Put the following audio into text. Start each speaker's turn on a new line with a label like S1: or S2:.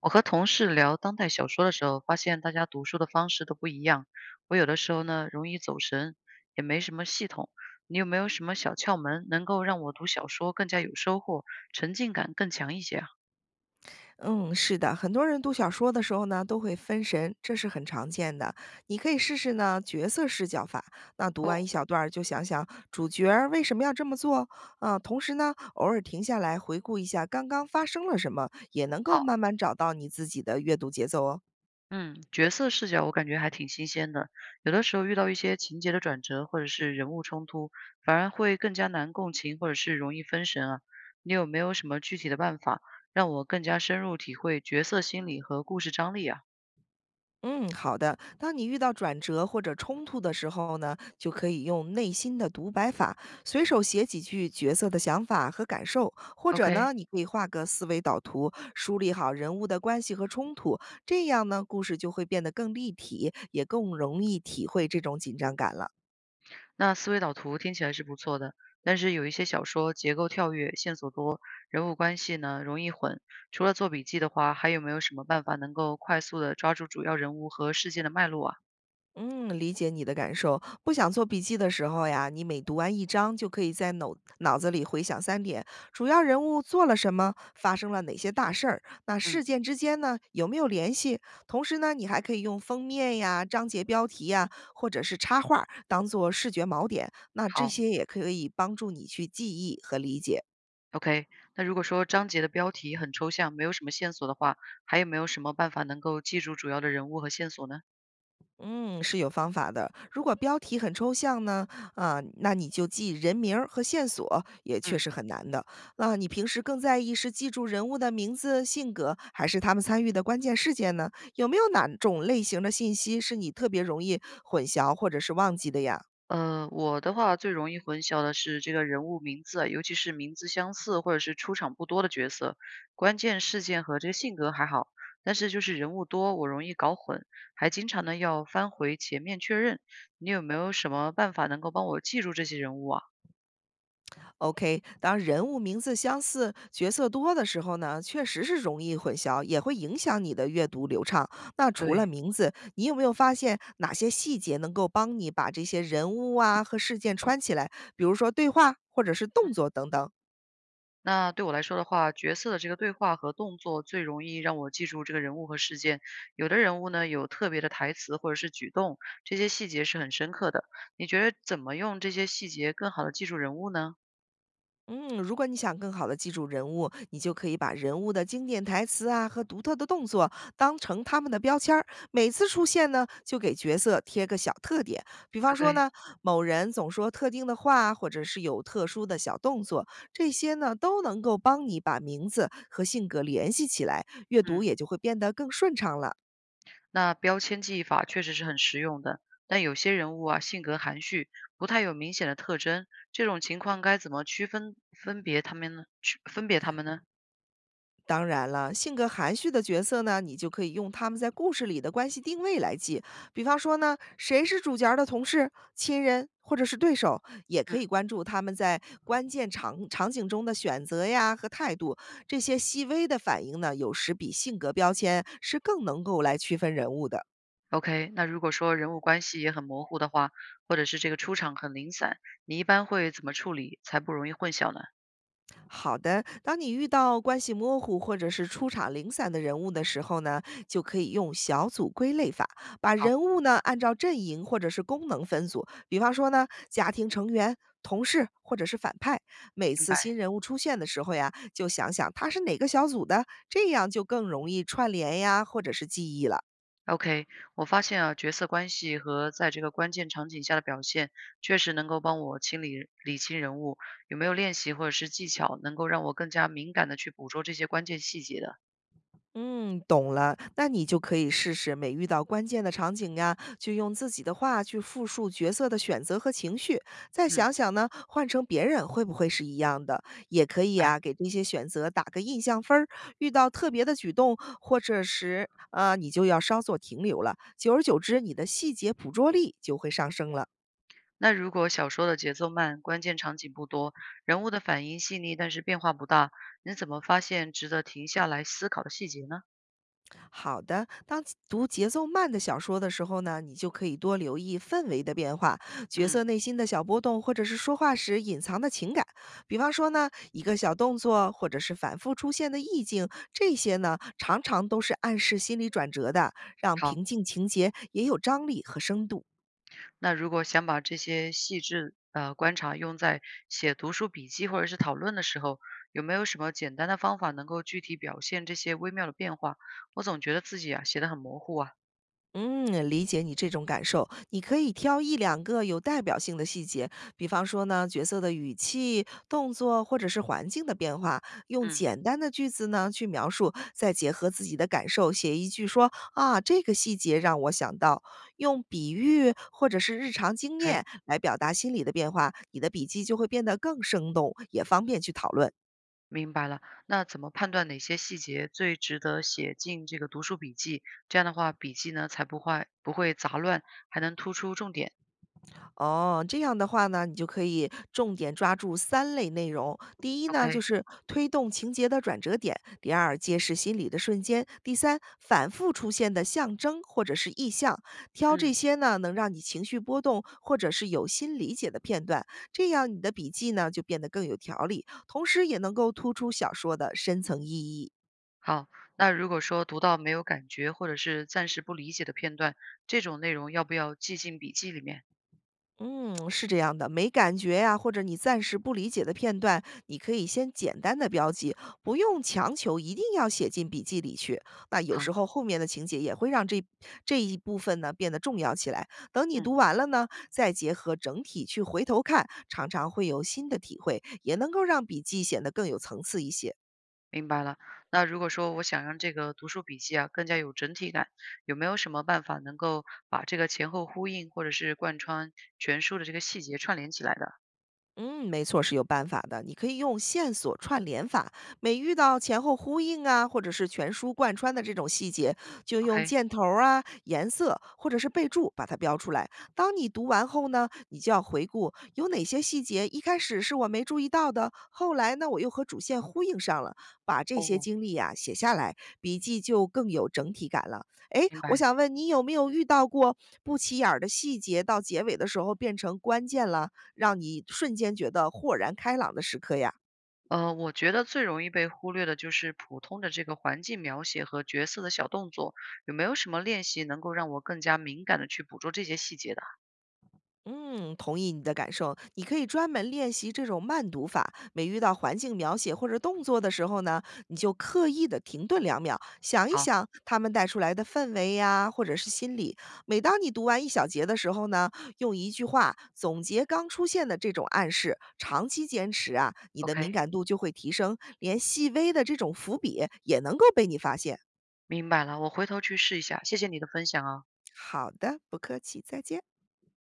S1: 我和同事聊当代小说的时候，发现大家读书的方式都不一样。我有的时候呢，容易走神，也没什么系统。你有没有什么小窍门，能够让我读小说更加有收获，沉浸感更强一些啊？
S2: 嗯，是的，很多人读小说的时候呢，都会分神，这是很常见的。你可以试试呢角色视角法，那读完
S1: 哦，
S2: 一小段儿就想想主角儿为什么要这么做啊、同时呢，偶尔停下来回顾一下刚刚发生了什么，也能够
S1: 好，
S2: 慢慢找到你自己的阅读节奏哦。
S1: 嗯，角色视角我感觉还挺新鲜的。有的时候遇到一些情节的转折或者是人物冲突，反而会更加难共情或者是容易分神啊。你有没有什么具体的办法，让我更加深入体会角色心理和故事张力啊
S2: 嗯，好的。当你遇到转折或者冲突的时候呢，就可以用内心的独白法，随手写几句角色的想法和感受，或者
S1: ？OK，
S2: 呢，你可以画个思维导图，梳理好人物的关系和冲突，这样呢，故事就会变得更立体，也更容易体会这种紧张感了。
S1: 那思维导图听起来是不错的，但是有一些小说结构跳跃，线索多，人物关系呢容易混。除了做笔记的话，还有没有什么办法能够快速的抓住主要人物和事件的脉络啊？
S2: 嗯，理解你的感受。不想做笔记的时候呀，你每读完一章，就可以在脑子里回想三点：主要人物做了什么，发生了哪些大事儿，那
S1: 嗯，
S2: 事件之间呢有没有联系？同时呢，你还可以用封面呀、章节标题呀，或者是插画当做视觉锚点，那这
S1: 好
S2: 些也可以帮助你去记忆和理解。
S1: ，OK。那如果说章节的标题很抽象，没有什么线索的话，还有没有什么办法能够记住主要的人物和线索呢？
S2: 嗯，是有方法的。如果标题很抽象呢，啊，那你就记人名儿和线索也确
S1: 嗯。
S2: 实很难的。那你平时更在意是记住人物的名字、性格，还是他们参与的关键事件呢？有没有哪种类型的信息是你特别容易混淆或者是忘记的呀？
S1: 我的话最容易混淆的是这个人物名字啊尤其是名字相似或者是出场不多的角色，关键事件和这个性格还好，但是就是人物多，我容易搞混，还经常呢要翻回前面确认。你有没有什么办法能够帮我记住这些人物啊？
S2: OK,当人物名字相似、角色多的时候呢，确实是容易混淆，也会影响你的阅读流畅。那除了
S1: 对。
S2: 名字，你有没有发现哪些细节能够帮你把这些人物啊和事件串起来？比如说对话或者是动作等等。
S1: 那对我来说的话，角色的这个对话和动作最容易让我记住这个人物和事件。有的人物呢，有特别的台词或者是举动，这些细节是很深刻的。你觉得怎么用这些细节更好的记住人物呢
S2: 嗯，如果你想更好的记住人物，你就可以把人物的经典台词啊和独特的动作当成他们的标签儿，每次出现呢就给角色贴个小特点。比方
S1: ？OK，
S2: 说呢，某人总说特定的话，或者是有特殊的小动作，这些呢都能够帮你把名字和性格联系起来，阅读
S1: 嗯，
S2: 也就会变得更顺畅了。
S1: 那标签记忆法确实是很实用的，但有些人物啊，性格含蓄，不太有明显的特征，这种情况该怎么区分分别他们呢？区分别他们呢？
S2: 当然了，性格含蓄的角色呢，你就可以用他们在故事里的关系定位来记。比方说呢，谁是主角儿的同事、亲人或者是对手，也
S1: 嗯。
S2: 可以关注他们在关键场景中的选择呀和态度。这些细微的反应呢，有时比性格标签是更能够来区分人物的。
S1: OK，那如果说人物关系也很模糊的话，或者是这个出场很零散，你一般会怎么处理才不容易混淆呢？
S2: 好的，当你遇到关系模糊或者是出场零散的人物的时候呢，就可以用小组归类法，把
S1: 好，
S2: 人物呢按照阵营或者是功能分组。比方说呢，家庭成员、同事或者是反派。每
S1: 明
S2: 次
S1: 白。
S2: 新人物出现的时候呀，就想想他是哪个小组的，这样就更容易串联呀，或者是记忆了。
S1: OK，我发现啊，角色关系和在这个关键场景下的表现，确实能够帮我清理理清人物。有没有练习或者是技巧，能够让我更加敏感的去捕捉这些关键细节的？
S2: 嗯，懂了。那你就可以试试，每遇到关键的场景呀，就用自己的话去复述角色的选择和情绪，再
S1: 嗯，
S2: 想想呢，换成别人会不会是一样的？也可以
S1: 哎，
S2: 啊，给这些选择打个印象分儿。遇到特别的举动或者是啊，你就要稍作停留了。久而久之，你的细节捕捉力就会上升了。
S1: 那如果小说的节奏慢，关键场景不多，人物的反应细腻，但是变化不大，你怎么发现值得停下来思考的细节呢？
S2: 好的，当读节奏慢的小说的时候呢，你就可以多留意氛围的变化、角
S1: 嗯。
S2: 色内心的小波动，或者是说话时隐藏的情感。比方说呢，一个小动作，或者是反复出现的意境，这些呢，常常都是暗示心理转折的，让
S1: 好，
S2: 平静情节也有张力和深度。
S1: 那如果想把这些细致观察用在写读书笔记或者是讨论的时候，有没有什么简单的方法能够具体表现这些微妙的变化？我总觉得自己啊写得很模糊啊。
S2: 嗯，理解你这种感受。你可以挑一两个有代表性的细节，比方说呢，角色的语气、动作或者是环境的变化，用
S1: 嗯，
S2: 简单的句子呢去描述，再结合自己的感受写一句说啊，这个细节让我想到，用比喻或者是日常经验
S1: 哎，
S2: 来表达心理的变化，你的笔记就会变得更生动，也方便去讨论。
S1: 明白了。那怎么判断哪些细节最值得写进这个读书笔记？这样的话，笔记呢才不会杂乱，还能突出重点。
S2: 哦，这样的话呢，你就可以重点抓住三类内容。第一呢，就
S1: OK，
S2: 是推动情节的转折点；第二，揭示心理的瞬间；第三，反复出现的象征或者是意象。挑这
S1: 嗯。
S2: 些呢，能让你情绪波动或者是有心理解的片段，这样你的笔记呢就变得更有条理，同时也能够突出小说的深层意义。
S1: 好，那如果说读到没有感觉或者是暂时不理解的片段，这种内容要不要记进笔记里面？
S2: 嗯，是这样的，没感觉呀、或者你暂时不理解的片段，你可以先简单的标记，不用强求一定要写进笔记里去。那有
S1: 好，
S2: 时候后面的情节也会让这一部分呢变得重要起来。等你
S1: 嗯，
S2: 读完了呢，再结合整体去回头看，常常会有新的体会，也能够让笔记显得更有层次一些。
S1: 明白了。那如果说我想让这个读书笔记啊更加有整体感，有没有什么办法能够把这个前后呼应或者是贯穿全书的这个细节串联起来的
S2: 嗯，没错，是有办法的。你可以用线索串联法，每遇到前后呼应啊，或者是全书贯穿的这种细节，就用
S1: ？OK，
S2: 箭头儿啊、颜色或者是备注把它标出来。当你读完后呢，你就要回顾有哪些细节一开始是我没注意到的，后来呢我又和主线呼应上了，把这些
S1: 哦，
S2: 经历啊写下来，笔记就更有整体感了。诶，
S1: 明
S2: 我
S1: 白。
S2: 想问你有没有遇到过不起眼儿的细节到结尾的时候变成关键了？让你瞬间觉得豁然开朗的时刻呀。
S1: 我觉得最容易被忽略的就是普通的这个环境描写和角色的小动作，有没有什么练习能够让我更加敏感的去捕捉这些细节的？
S2: 嗯，同意你的感受，你可以专门练习这种慢读法。每遇到环境描写或者动作的时候呢，你就刻意的停顿2秒，想一
S1: 好。
S2: 想他们带出来的氛围呀，或者是心理。每当你读完一小节的时候呢，用一句话总结刚出现的这种暗示。长期坚持啊，你的敏
S1: OK，
S2: 感度就会提升，连细微的这种伏笔也能够被你发现。
S1: 明白了，我回头去试一下，谢谢你的分享啊。
S2: 好的，不客气，再见。